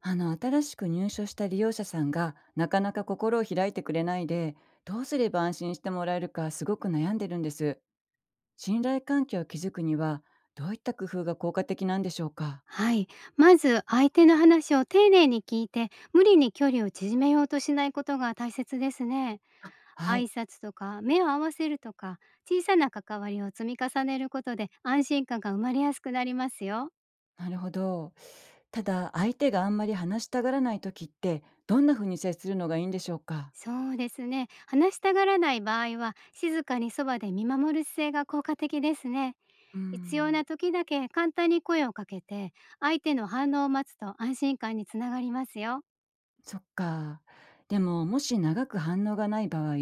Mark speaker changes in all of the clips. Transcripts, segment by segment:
Speaker 1: あの、新しく入所した利用者さんがなかなか心を開いてくれないで、どうすれば安心してもらえるかすごく悩んでるんです。信頼関係を築くにはどういった工夫が効果的なんでしょうか？
Speaker 2: はい。まず相手の話を丁寧に聞いて、無理に距離を縮めようとしないことが大切ですね。
Speaker 1: は
Speaker 2: 挨
Speaker 1: い。
Speaker 2: 拶とか目を合わせるとか、小さな関わりを積み重ねることで安心感が生まれやすくなりますよ。
Speaker 1: なるほど。ただ、相手があんまり話したがらない時ってどんな風に接するのがいいんでしょうか？
Speaker 2: そうですね。話したがらない場合は、静かにそばで見守る姿勢が効果的ですね。
Speaker 1: うー
Speaker 2: 必要な
Speaker 1: ん。
Speaker 2: 時だけ簡単に声をかけて、相手の反応を待つと安心感につながりますよ。
Speaker 1: そっか。でも、もし長く反応がない場合、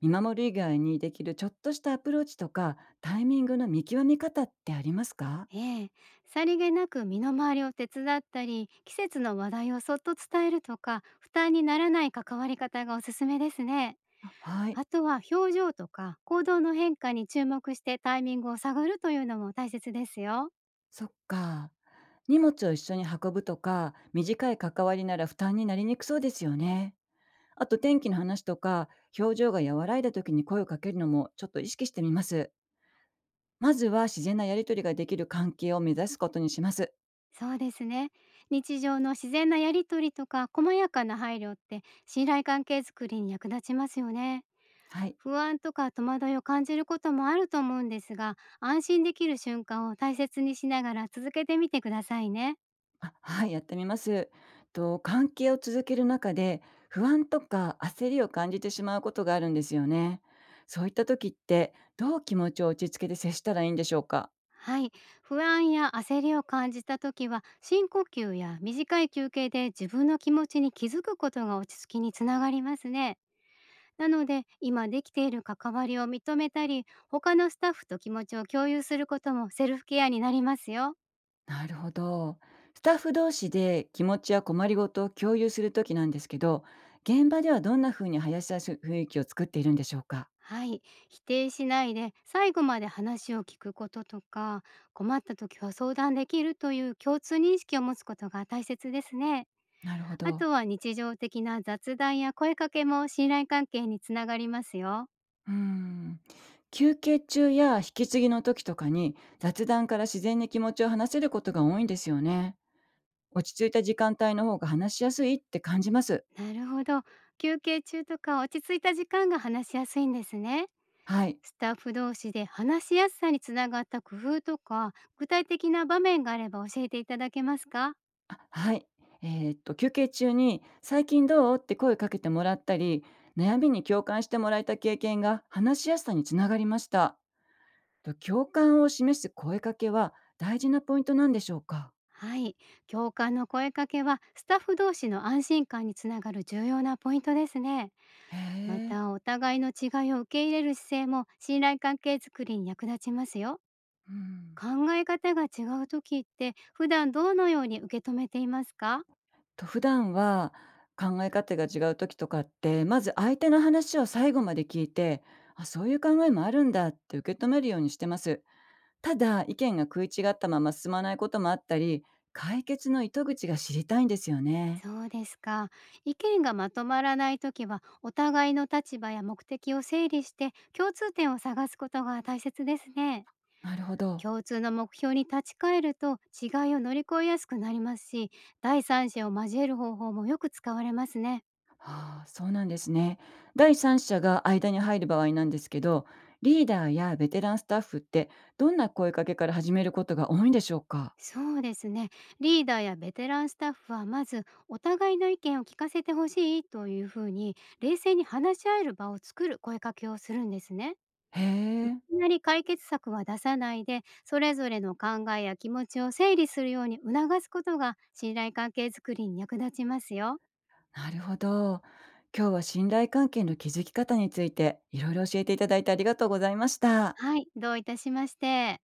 Speaker 1: 見守る以外にできるちょっとしたアプローチとかタイミングの見極め方ってありますか？
Speaker 2: ええ、さりげなく身の回りを手伝ったり、季節の話題をそっと伝えるとか、負担にならない関わり方がおすすめですね。
Speaker 1: はい、
Speaker 2: あとは表情とか行動の変化に注目して、タイミングを探るというのも大切ですよ。
Speaker 1: そっか。荷物を一緒に運ぶとか、短い関わりなら負担になりにくそうですよね。あと天気の話とか、表情が和らいだ時に声をかけるのもちょっと意識してみます。まずは自然なやりとりができる関係を目指すことにします。
Speaker 2: そうですね。日常の自然なやりとりとか細やかな配慮って、信頼関係づくりに役立ちますよね。
Speaker 1: はい。
Speaker 2: 不安とか戸惑いを感じることもあると思うんですが、安心できる瞬間を大切にしながら続けてみてくださいね。
Speaker 1: あ、はい、やってみます。と、関係を続ける中で不安とか焦りを感じてしまうことがあるんですよね。そういった時ってどう気持ちを落ち着けて接したらいいんでしょうか？
Speaker 2: はい。不安や焦りを感じた時は、深呼吸や短い休憩で自分の気持ちに気づくことが落ち着きにつながりますね。なので、今できている関わりを認めたり、他のスタッフと気持ちを共有することもセルフケアになりますよ。
Speaker 1: なるほど。スタッフ同士で気持ちや困りごとを共有するときなんですけど、現場ではどんな風に林さん雰囲気を作っているんでしょうか？
Speaker 2: はい。否定しないで、最後まで話を聞くこととか、困った時は相談できるという共通認識を持つことが大切ですね。
Speaker 1: なるほ
Speaker 2: あ
Speaker 1: ど。
Speaker 2: とは日常的な雑談や声かけも信頼関係につながりますよ。
Speaker 1: うーん。休憩中や引き継ぎの時とかに雑談から自然に気持ちを話せることが多いんですよね。落ち着いた時間帯の方が話しやすいって感じます。
Speaker 2: なるほど。休憩中とか落ち着いた時間が話しやすいんですね。
Speaker 1: はい。
Speaker 2: スタッフ同士で話しやすさにつながった工夫とか、具体的な場面があれば教えていただけますか？
Speaker 1: あ、はい。休憩中に「最近どう？」って声かけてもらったり、悩みに共感してもらえた経験が話しやすさにつながりました。と、共感を示す声かけは大事なポイントなんでしょうか？
Speaker 2: はい。共感の声かけはスタッフ同士の安心感につながる重要なポイントですね。
Speaker 1: へ
Speaker 2: ま
Speaker 1: え、
Speaker 2: た、お互いの違いを受け入れる姿勢も信頼関係づくりに役立ちますよ。
Speaker 1: うん。
Speaker 2: 考え方が違う時って、普段どのように受け止めていますか？
Speaker 1: と、普段は考え方が違う時とかって、まず相手の話を最後まで聞いて、あ、そういう考えもあるんだって受け止めるようにしてます。ただ、意見が食い違ったまま進まないこともあったり、解決の糸口が知りたいんですよね。
Speaker 2: そうですか。意見がまとまらない時は、お互いの立場や目的を整理して共通点を探すことが大切ですね。
Speaker 1: なるほど。
Speaker 2: 共通の目標に立ち返ると違いを乗り越えやすくなりますし、第三者を交える方法もよく使われますね。
Speaker 1: ああ、そうなんですね。第三者が間に入る場合なんですけど、リーダーやベテランスタッフってどんな声かけから始めることが多いんでしょうか？
Speaker 2: そうですね。リーダーやベテランスタッフは、まずお互いの意見を聞かせてほしいというふうに、冷静に話し合える場を作る声かけをするんですね。
Speaker 1: へ
Speaker 2: い
Speaker 1: え、
Speaker 2: きなり解決策は出さないで、それぞれの考えや気持ちを整理するように促すことが信頼関係づくりに役立ちますよ。
Speaker 1: なるほど。今日は信頼関係の築き方についていろいろ教えていただいてありがとうございました。
Speaker 2: はい、どういたしまして。